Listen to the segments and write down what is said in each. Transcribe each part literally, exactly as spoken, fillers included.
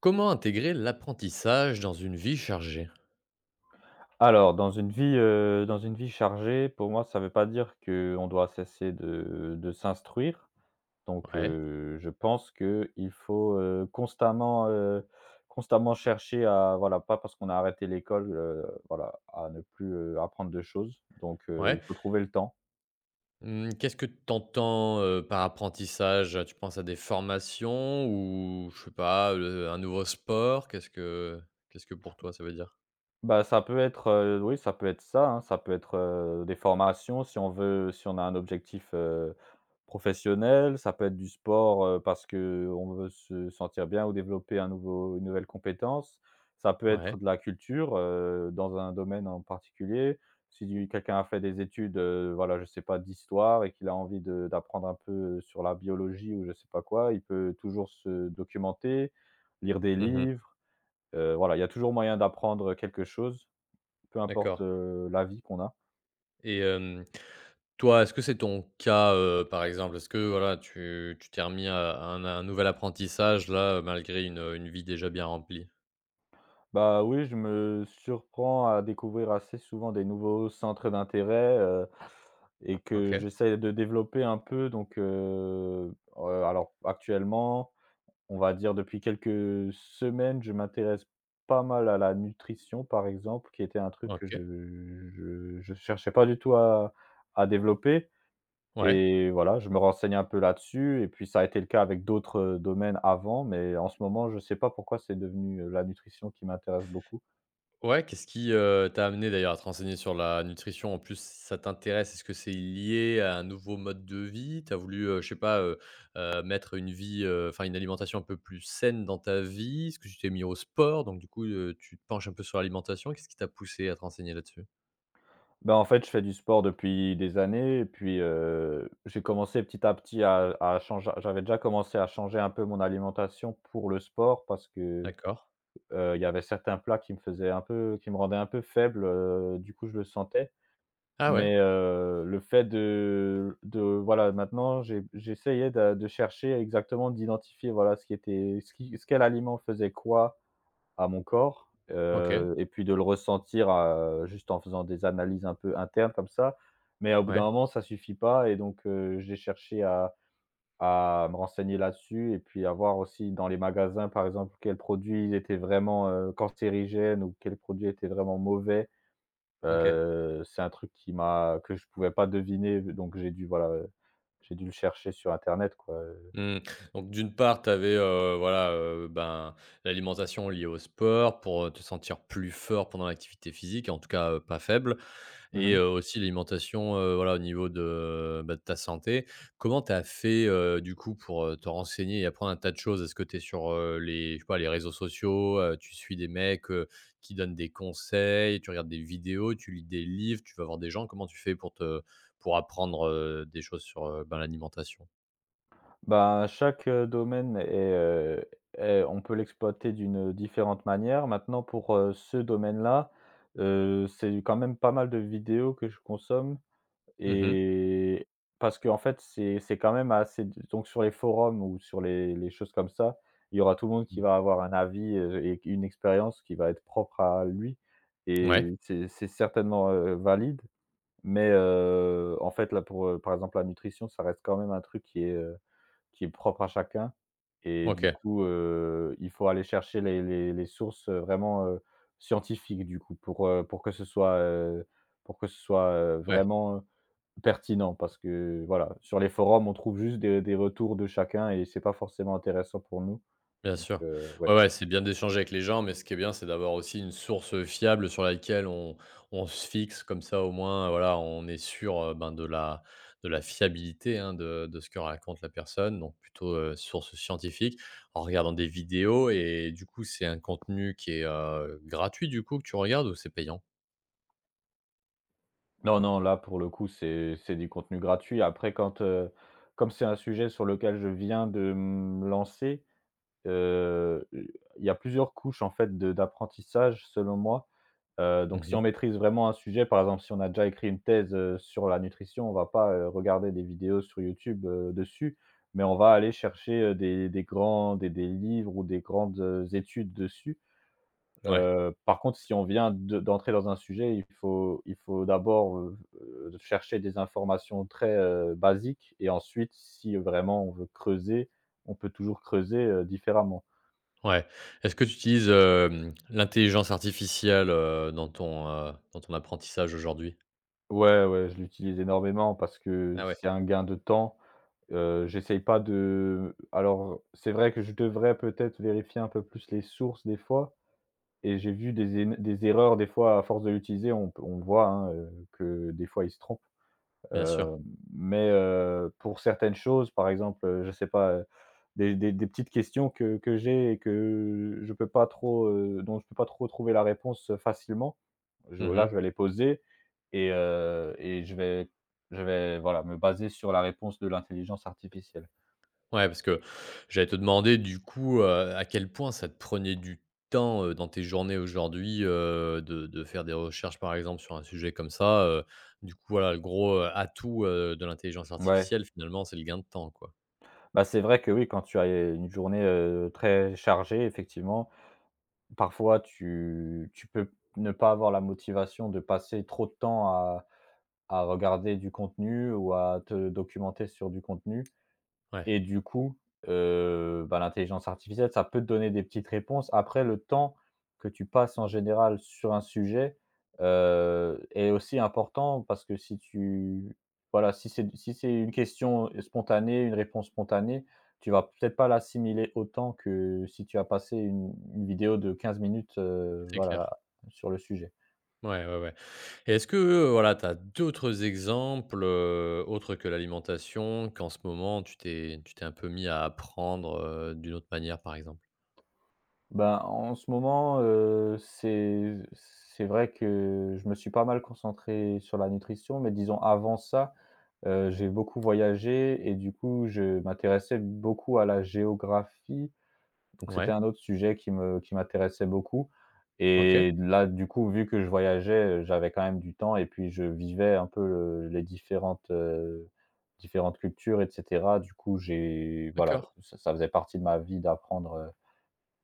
Comment intégrer l'apprentissage dans une vie chargée? Alors, dans une vie, heu, dans une vie chargée, pour moi, ça ne veut pas dire qu'on doit cesser de de s'instruire. Donc, Ouais, heu, Je pense qu'il faut, heu, constamment, heu, constamment chercher à voilà, pas parce qu'on a arrêté l'école, heu, voilà, à ne plus, heu, apprendre de choses. Donc, heu, ouais. il faut trouver le temps. Mmh, qu'est-ce que tu entends, par apprentissage? Tu penses à des formations ou je sais pas, heu, un nouveau sport? Qu'est-ce que qu'est-ce que pour toi ça veut dire? Bah, ça peut être, heu, oui, ça peut être ça, hein, ça peut être, heu, des formations si on veut si on a un objectif, heu, professionnel, ça peut être du sport, heu, parce que on veut se sentir bien ou développer un nouveau une nouvelle compétence. Ça peut être Ouais. de la culture, heu, dans un domaine en particulier. Si quelqu'un a fait des études, heu, voilà, je sais pas, d'histoire et qu'il a envie de d'apprendre un peu sur la biologie ou je sais pas quoi, il peut toujours se documenter, lire des Mmh. livres, heu, voilà, il y a toujours moyen d'apprendre quelque chose. Peu importe, D'accord heu, la vie qu'on a. et hem, toi, est-ce que c'est ton cas, heu, par exemple? Est-ce que voilà, tu tu t'es remis à à un à un nouvel apprentissage là, malgré une, une vie déjà bien remplie? Bah, oui, je me surprends à découvrir assez souvent des nouveaux centres d'intérêt, heu et que OK, j'essaie de développer un peu donc, heu heu, alors actuellement, on va dire depuis quelques semaines, je m'intéresse pas mal à la nutrition, par exemple, qui était un truc que je OK. je je cherchais pas du tout à à développer Ouais. Et voilà, je me renseigne un peu là-dessus et puis ça a été le cas avec d'autres, heu, domaines avant, mais en ce moment, je ne sais pas pourquoi c'est devenu, heu, la nutrition qui m'intéresse beaucoup. Ouais, qu'est-ce qui, heu, t'a amené d'ailleurs à te renseigner sur la nutrition? En plus, ça t'intéresse, est-ce que c'est lié à un nouveau mode de vie? T'as voulu, heu, je sais pas, heu heu, mettre une vie, heu, enfin une alimentation un peu plus saine dans ta vie? Est-ce que tu t'es mis au sport? Donc du coup, heu, tu te penches un peu sur l'alimentation. Qu'est-ce qui t'a poussé à te renseigner là-dessus? Ben, en fait, je fais du sport depuis des années et puis, heu, j'ai commencé petit à petit à à changer J'avais déjà commencé à changer un peu mon alimentation pour le sport parce que, D'accord. heu, il y avait certains plats qui me faisaient un peu qui me rendaient un peu faible, heu, du coup, je le sentais. Ah ouais? Mais heu, le fait de de voilà, maintenant j'ai j'essayais de de chercher exactement, d'identifier, voilà, ce qui était ce qui ce quel aliment faisait quoi à mon corps, OK. heu et puis de le ressentir, heu, juste en faisant des analyses un peu internes comme ça. Mais au bout d'un Ouais. moment, ça suffit pas et donc heu, j'ai cherché à à me renseigner là-dessus et puis à voir aussi dans les magasins, par exemple, quels produits étaient vraiment, heu, cancérigènes ou quels produits étaient vraiment mauvais. OK. Heu, c'est un truc qui m'a que je pouvais pas deviner, donc j'ai dû, voilà, heu, j'ai dû le chercher sur internet, quoi, heu. Mmh. Donc d'une part, tu avais, voilà, heu, ben, l'alimentation liée au sport pour, heu, te sentir plus fort pendant l'activité physique, en tout cas, heu, pas faible. Mmh Et mh. heu, aussi l'alimentation, heu, voilà, au niveau de, bah, de ta santé. Comment tu as fait, heu, du coup, pour, heu, te renseigner et apprendre un tas de choses? Est-ce que tu es sur, heu, les je sais pas, les réseaux sociaux, heu, tu suis des mecs, heu, qui donnent des conseils, tu regardes des vidéos, tu lis des livres, tu vas voir des gens? Comment tu fais pour te pour apprendre, heu, des choses sur, heu, ben, l'alimentation? Ben, chaque, heu, domaine est, heu, est on peut l'exploiter d'une différente manière. Maintenant pour, heu, ce domaine-là, heu, c'est quand même pas mal de vidéos que je consomme. Mmh. Et parce qu'en fait, c'est c'est quand même assez donc sur les forums ou sur les les choses comme ça, il y aura tout le monde qui va avoir un avis, heu, et une expérience qui va être propre à lui Ouais, et c'est c'est certainement, heu, valide. Mais, heu, en fait, là, pour, heu, par exemple, la nutrition, ça reste quand même un truc qui est, heu, qui est propre à chacun et du OK, coup, heu, il faut aller chercher les les les sources, heu, vraiment, heu, scientifiques, du coup, pour, heu, pour que ce soit, heu, pour que ce soit, heu, ouais. vraiment, heu. Pertinent parce que voilà, sur les forums, on trouve juste des des retours de chacun et c'est pas forcément intéressant pour nous, Bien donc sûr. heu, Ouais, ouais. ouais, c'est bien d'échanger avec les gens, mais ce qui est bien, c'est d'avoir aussi une source fiable sur laquelle on on se fixe comme ça au moins, voilà, on est sûr, heu, ben, de la de la fiabilité, hein, de de ce que raconte la personne, donc plutôt, heu, source scientifique, en regardant des vidéos et du coup, c'est un contenu qui est, heu, gratuit du coup que tu regardes ou c'est payant? Non, non, là, pour le coup, c'est c'est du contenu gratuit. Après quand, heu, comme c'est un sujet sur lequel je viens de me lancer, Heu, il y a plusieurs couches en fait de d'apprentissage selon moi. Heu, donc si Mmh. on maîtrise vraiment un sujet, par exemple, si on a déjà écrit une thèse, heu, sur la nutrition, on va pas, heu, regarder des vidéos sur YouTube, heu, dessus, mais on va aller chercher, heu, des des grands des des livres ou des grandes, heu, études dessus. Ouais, Heu, par contre, si on vient de d'entrer dans un sujet, il faut il faut d'abord, heu heu, chercher des informations très, heu, basiques et ensuite si vraiment on veut creuser, on peut toujours creuser, heu, différemment. ouais. Est-ce que tu utilises, hem, l'intelligence artificielle, heu, dans ton, heu, dans ton apprentissage aujourd'hui? Ouais, ouais, je l'utilise énormément parce que Ah ouais, c'est un gain de temps. Heu, j'essaye pas de alors, c'est vrai que je devrais peut-être vérifier un peu plus les sources des fois et j'ai vu des éne des erreurs des fois à force de l'utiliser, on peut on voit, hein, heu, que des fois il se trompe. bien sûr. Heu, mais heu, pour certaines choses, par exemple, heu, je sais pas, heu, des des des petites questions que que j'ai et que je peux pas trop, heu, dont je peux pas trop trouver la réponse euh, facilement, je, là, Mmh. je vais les poser et, euh, et je vais je vais voilà, me baser sur la réponse de l'intelligence artificielle. Ouais, parce que j'allais te demander du coup, heu, à quel point ça te prenait du temps, heu, dans tes journées aujourd'hui, heu, de de faire des recherches, par exemple, sur un sujet comme ça, heu, du coup, voilà, le gros, heu, atout, heu, de l'intelligence Ouais. artificielle, finalement, c'est le gain de temps, quoi. Bah, c'est vrai que oui, quand tu as une journée, heu, très chargée, effectivement, parfois tu tu peux ne pas avoir la motivation de passer trop de temps à à regarder du contenu ou à te documenter sur du contenu. Ouais, Et du coup, heu, bah, l'intelligence artificielle, ça peut te donner des petites réponses. Après, le temps que tu passes en général sur un sujet, heu, est aussi important parce que si tu voilà, si c'est si c'est une question spontanée, une réponse spontanée, tu vas peut-être pas l'assimiler autant que si tu as passé une une vidéo de quinze minutes, heu, c'est voilà, clair. sur le sujet. Ouais, ouais, ouais et est-ce que, heu, voilà, tu as d'autres exemples, heu, autres que l'alimentation, qu'en ce moment tu t'es tu t'es un peu mis à apprendre, heu, d'une autre manière, par exemple? Ben en ce moment, heu, c'est c'est vrai que je me suis pas mal concentré sur la nutrition, mais disons avant ça, heu, j'ai beaucoup voyagé et du coup, je m'intéressais beaucoup à la géographie. Donc c'était Ouais, un autre sujet qui me qui m'intéressait beaucoup OK, et là, du coup, vu que je voyageais, heu, j'avais quand même du temps et puis je vivais un peu, heu, les différentes, heu, différentes cultures et cetera. Du coup, j'ai voilà, d'accord. ça ça faisait partie de ma vie d'apprendre, heu,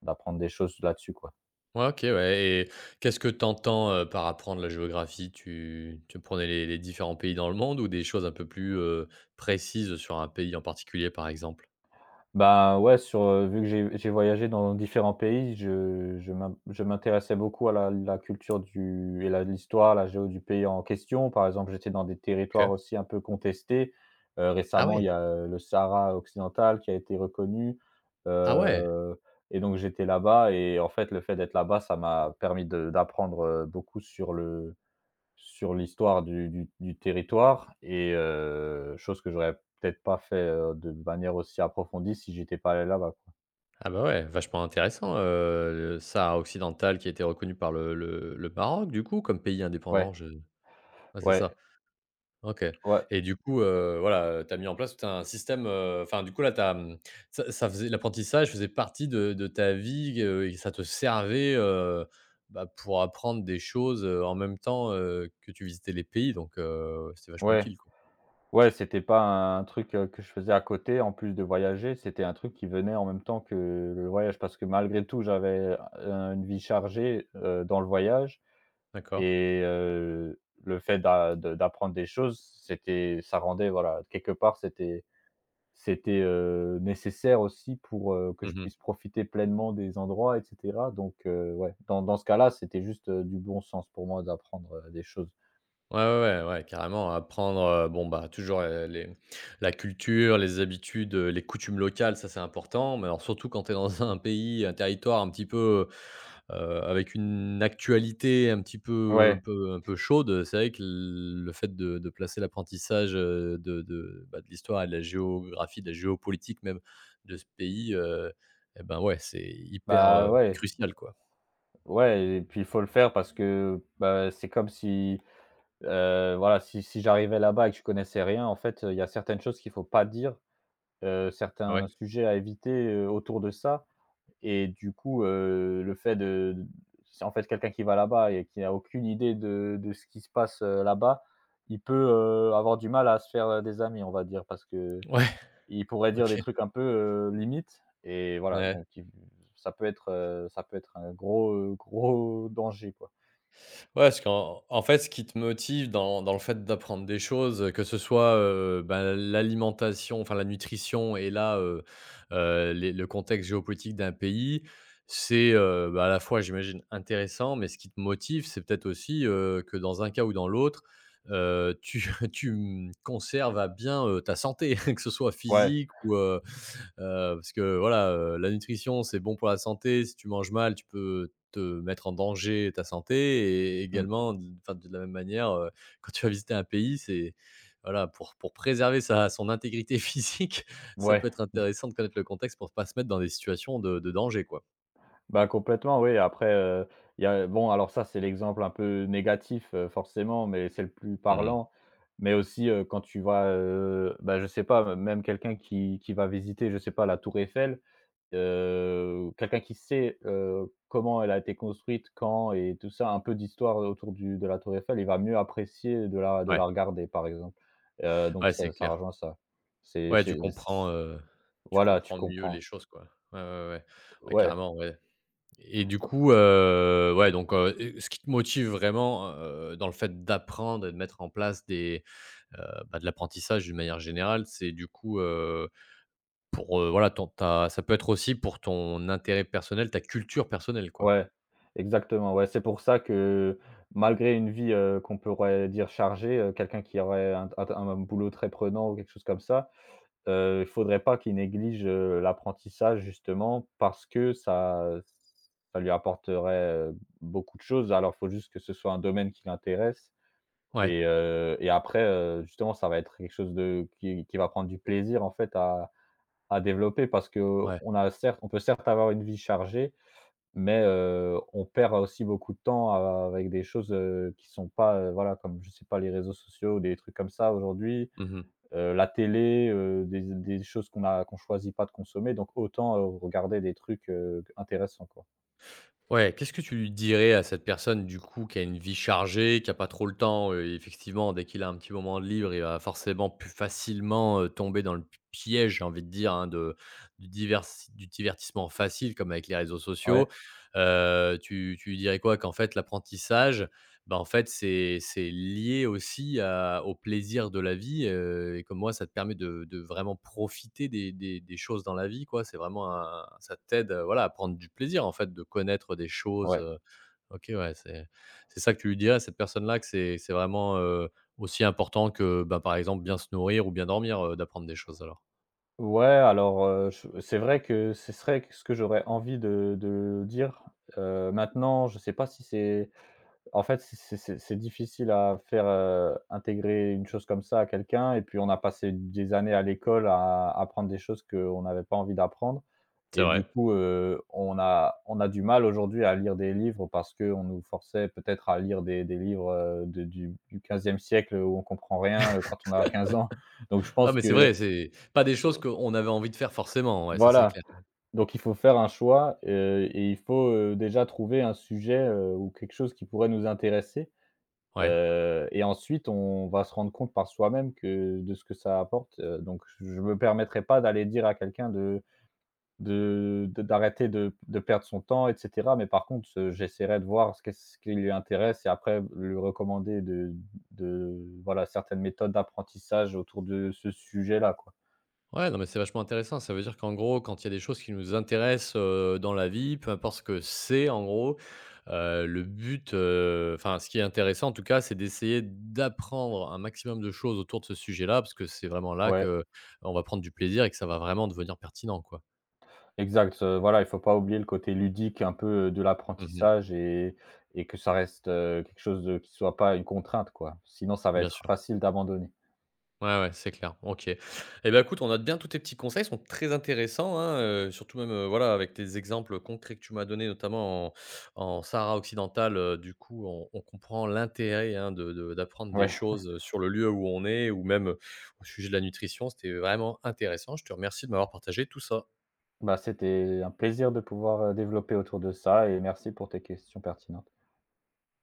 d'apprendre des choses là-dessus, quoi. Ouais, OK, ouais et qu'est-ce que tu entends, par apprendre la géographie? Tu tu prenais les les différents pays dans le monde ou des choses un peu plus, heu, précises sur un pays en particulier, par exemple? Bah, ouais, sur, heu, vu que j'ai j'ai voyagé dans différents pays, je je m'in je m'intéressais beaucoup à la la culture du et la l'histoire, la géo du pays en question. Par exemple, j'étais dans des territoires OK. aussi un peu contestés. Heu, Ah Récemment, il ouais! y a, heu, le Sahara occidental qui a été reconnu, Ah ouais! heu et donc j'étais là-bas et en fait, le fait d'être là-bas, ça m'a permis de d'apprendre, heu, beaucoup sur le sur l'histoire du du du territoire et heu, chose que j'aurais peut-être pas fait, heu, de manière aussi approfondie si j'étais pas allé là-bas. Ah bah, ouais, vachement intéressant, heu, le Sahara occidental qui a été reconnu par le le le Maroc, du coup, comme pays Ouais, indépendant, je ouais, c'est ouais, ça. OK ouais, et du coup, heu, voilà, heu, tu as mis en place tout un système, heu, enfin, du coup, là, t'as as, mmh, ça ça faisait l'apprentissage faisait partie de de ta vie, heu, et ça te servait, heu, bah, pour apprendre des choses, heu, en même temps, heu, que tu visitais les pays donc heu, c'était vachement ouais, utile, quoi. ouais, c'était pas un truc, heu, que je faisais à côté en plus de voyager, c'était un truc qui venait en même temps que le voyage parce que malgré tout j'avais, heu, une vie chargée, heu, dans le voyage D'accord. et heu, le fait d'a de d'apprendre des choses, c'était ça rendait voilà, quelque part c'était. C'était, heu, nécessaire aussi pour, heu, que je Mmh. puisse profiter pleinement des endroits et cetera donc heu, ouais, dans dans ce cas-là, c'était juste, heu, du bon sens pour moi d'apprendre, heu, des choses. Ouais, ouais, ouais, ouais, carrément. Apprendre, heu, bon, bah, toujours, heu, les la culture, les habitudes, heu, les coutumes locales, ça, c'est important. Mais alors, surtout quand tu es dans un pays, un territoire un petit peu, heu, avec une actualité un petit peu Ouais, un peu un peu chaude, c'est vrai que l le fait de de placer l'apprentissage, heu, de de, bah, de l'histoire et de la géographie, de la géopolitique même de ce pays, heu et ben, ouais, c'est hyper, bah, heu, ouais, crucial, quoi. ouais et puis il faut le faire parce que, bah, c'est comme si, heu, voilà, si si j'arrivais là-bas et que je connaissais rien, en fait, il y a certaines choses qu'il faut pas dire, heu, Ah ouais? certains sujets à éviter, heu, autour de ça. Et du coup, heu, le fait de c'est en fait quelqu'un qui va là-bas et qui n'a aucune idée de de ce qui se passe, heu, là-bas, il peut, heu, avoir du mal à se faire, heu, des amis, on va dire, parce que Ouais, il pourrait dire OK. des trucs un peu, heu, limites et voilà, Ouais. donc il ça peut être, heu, ça peut être un gros, heu, gros danger, quoi. Ouais, parce qu'en en fait, ce qui te motive dans dans le fait d'apprendre des choses, que ce soit, heu, ben, l'alimentation, enfin la nutrition et là, heu heu, les le contexte géopolitique d'un pays, c'est, heu, bah, à la fois, j'imagine, intéressant, mais ce qui te motive, c'est peut-être aussi, heu, que dans un cas ou dans l'autre, heu, tu tu, mmh, conserves à bien, heu, ta santé, que ce soit Ouais, physique ou, heu heu, parce que voilà, heu, la nutrition, c'est bon pour la santé. Si tu manges mal, tu peux te mettre en danger ta santé et mmh, également d enfin, de la même manière, heu, quand tu vas visiter un pays, c'est voilà, pour pour préserver sa son intégrité physique, ça ouais. peut être intéressant de connaître le contexte pour pas se mettre dans des situations de de danger, quoi. Bah, complètement, oui. Après, heu, il y a bon, alors ça, c'est l'exemple un peu négatif, heu, forcément, mais c'est le plus Mmh. parlant. Mais aussi, heu, quand tu vas, heu, bah, je sais pas, même quelqu'un qui qui va visiter, je sais pas, la tour Eiffel, heu, quelqu'un qui sait, heu, comment elle a été construite, quand et tout ça, un peu d'histoire autour du de la tour Eiffel, il va mieux apprécier de la de la Ouais, regarder, par exemple. Heu, donc ouais, c'est ça ça clair. rejoint ça. C'est Ouais, tu c'est c comprends, heu, tu voilà, tu comprends mieux les comprends. choses, quoi. Ouais, ouais, ouais. Ouais, Ouais. carrément, ouais et du coup, heu, ouais, donc, heu, et ce qui te motive vraiment, heu, dans le fait d'apprendre et de mettre en place des Heu, bah, de l'apprentissage d'une manière générale, c'est du coup, heu, pour, heu, voilà, ton ta ça peut être aussi pour ton intérêt personnel, ta culture personnelle, quoi. Ouais, exactement, ouais. C'est pour ça que malgré une vie, heu, qu'on pourrait dire chargée, heu, quelqu'un qui aurait un un un boulot très prenant ou quelque chose comme ça, heu, il faudrait pas qu'il néglige, heu, l'apprentissage justement parce que ça ça lui apporterait, heu, beaucoup de choses. Alors il faut juste que ce soit un domaine qui l'intéresse Ouais, et heu et après, heu, justement ça va être quelque chose de qui qui va prendre du plaisir en fait à à développer parce que ouais. on a certes on peut certes avoir une vie chargée mais, heu, on perd aussi beaucoup de temps a avec des choses, heu, qui sont pas, heu, voilà, comme je sais pas, les réseaux sociaux des trucs comme ça aujourd'hui, Mmh. heu, la télé, heu, des des choses qu'on a qu'on choisit pas de consommer, donc autant, heu, regarder des trucs, heu, intéressants, quoi. Ouais, qu'est-ce que tu dirais à cette personne, du coup, qui a une vie chargée, qui a pas trop le temps, heu, effectivement, dès qu'il a un petit moment de libre, il va forcément plus facilement, heu, tomber dans le piège, j'ai envie de dire, hein, de du diversi du divertissement facile comme avec les réseaux sociaux. Ouais, Heu, tu tu lui dirais quoi? Qu'en fait l'apprentissage, bah, en fait, c'est c'est lié aussi à au plaisir de la vie, heu et comme moi, ça te permet de de vraiment profiter des des des choses dans la vie, quoi. C'est vraiment un ça t'aide, heu, voilà, à prendre du plaisir, en fait, de connaître des choses, ouais. heu. OK, ouais, c'est c'est ça que tu lui dirais à cette personne-là, que c'est c'est vraiment, heu, aussi important que, ben par exemple, bien se nourrir ou bien dormir, heu, d'apprendre des choses, alors? Ouais, alors, heu, je c'est vrai que ce serait ce que j'aurais envie de de dire. Heu, maintenant, je sais pas si c'est. En fait, c'est c'est c'est c'est difficile à faire, heu, intégrer une chose comme ça à quelqu'un et puis on a passé des années à l'école à apprendre des choses qu'on n'avait pas envie d'apprendre C'est et du vrai. coup, heu, on a on a du mal aujourd'hui à lire des livres parce qu'on nous forçait peut-être à lire des des livres, heu, de du du quinzième siècle où on comprend rien, heu, quand on a quinze ans. Donc je Ah, pense mais c'est que vrai, c'est pas des choses qu'on avait envie de faire forcément, ouais, ça, c'est voilà, clair. donc il faut faire un choix, heu et il faut, heu, déjà trouver un sujet, heu, ou quelque chose qui pourrait nous intéresser. Ouais. Heu et ensuite, on va se rendre compte par soi-même que de ce que ça apporte, heu, donc je me permettrai pas d'aller dire à quelqu'un de de de d'arrêter de de perdre son temps et cetera, mais par contre, heu, j'essaierai de voir ce qu'est-ce qui lui intéresse et après lui recommander de de voilà, certaines méthodes d'apprentissage autour de ce sujet-là, quoi. Ouais, non, mais c'est vachement intéressant. Ça veut dire qu'en gros, quand il y a des choses qui nous intéressent, heu, dans la vie, peu importe ce que c'est en gros, heu, le but, heu, enfin ce qui est intéressant en tout cas, c'est d'essayer d'apprendre un maximum de choses autour de ce sujet-là, parce que c'est vraiment là que Ouais. euh, on va prendre du plaisir et que ça va vraiment devenir pertinent, quoi. Exact, heu, voilà, il faut pas oublier le côté ludique un peu, euh, de Mmh. l'apprentissage et et que ça reste, heu, quelque chose de qui soit pas une contrainte, quoi. Sinon, ça va Bien être sûr. facile d'abandonner. Ouais, ouais, c'est clair. OK. Et ben écoute, on note bien tous tes petits conseils, ils sont très intéressants, hein, heu, surtout même, heu, voilà, avec tes exemples concrets que tu m'as donnés, notamment en en Sahara occidental, heu, du coup, on on comprend l'intérêt, hein, de de d'apprendre des Ouais, choses, sur le lieu où on est ou même, au sujet de la nutrition. C'était vraiment intéressant. Je te remercie de m'avoir partagé tout ça. bah, c'était un plaisir de pouvoir, heu, développer autour de ça et merci pour tes questions pertinentes.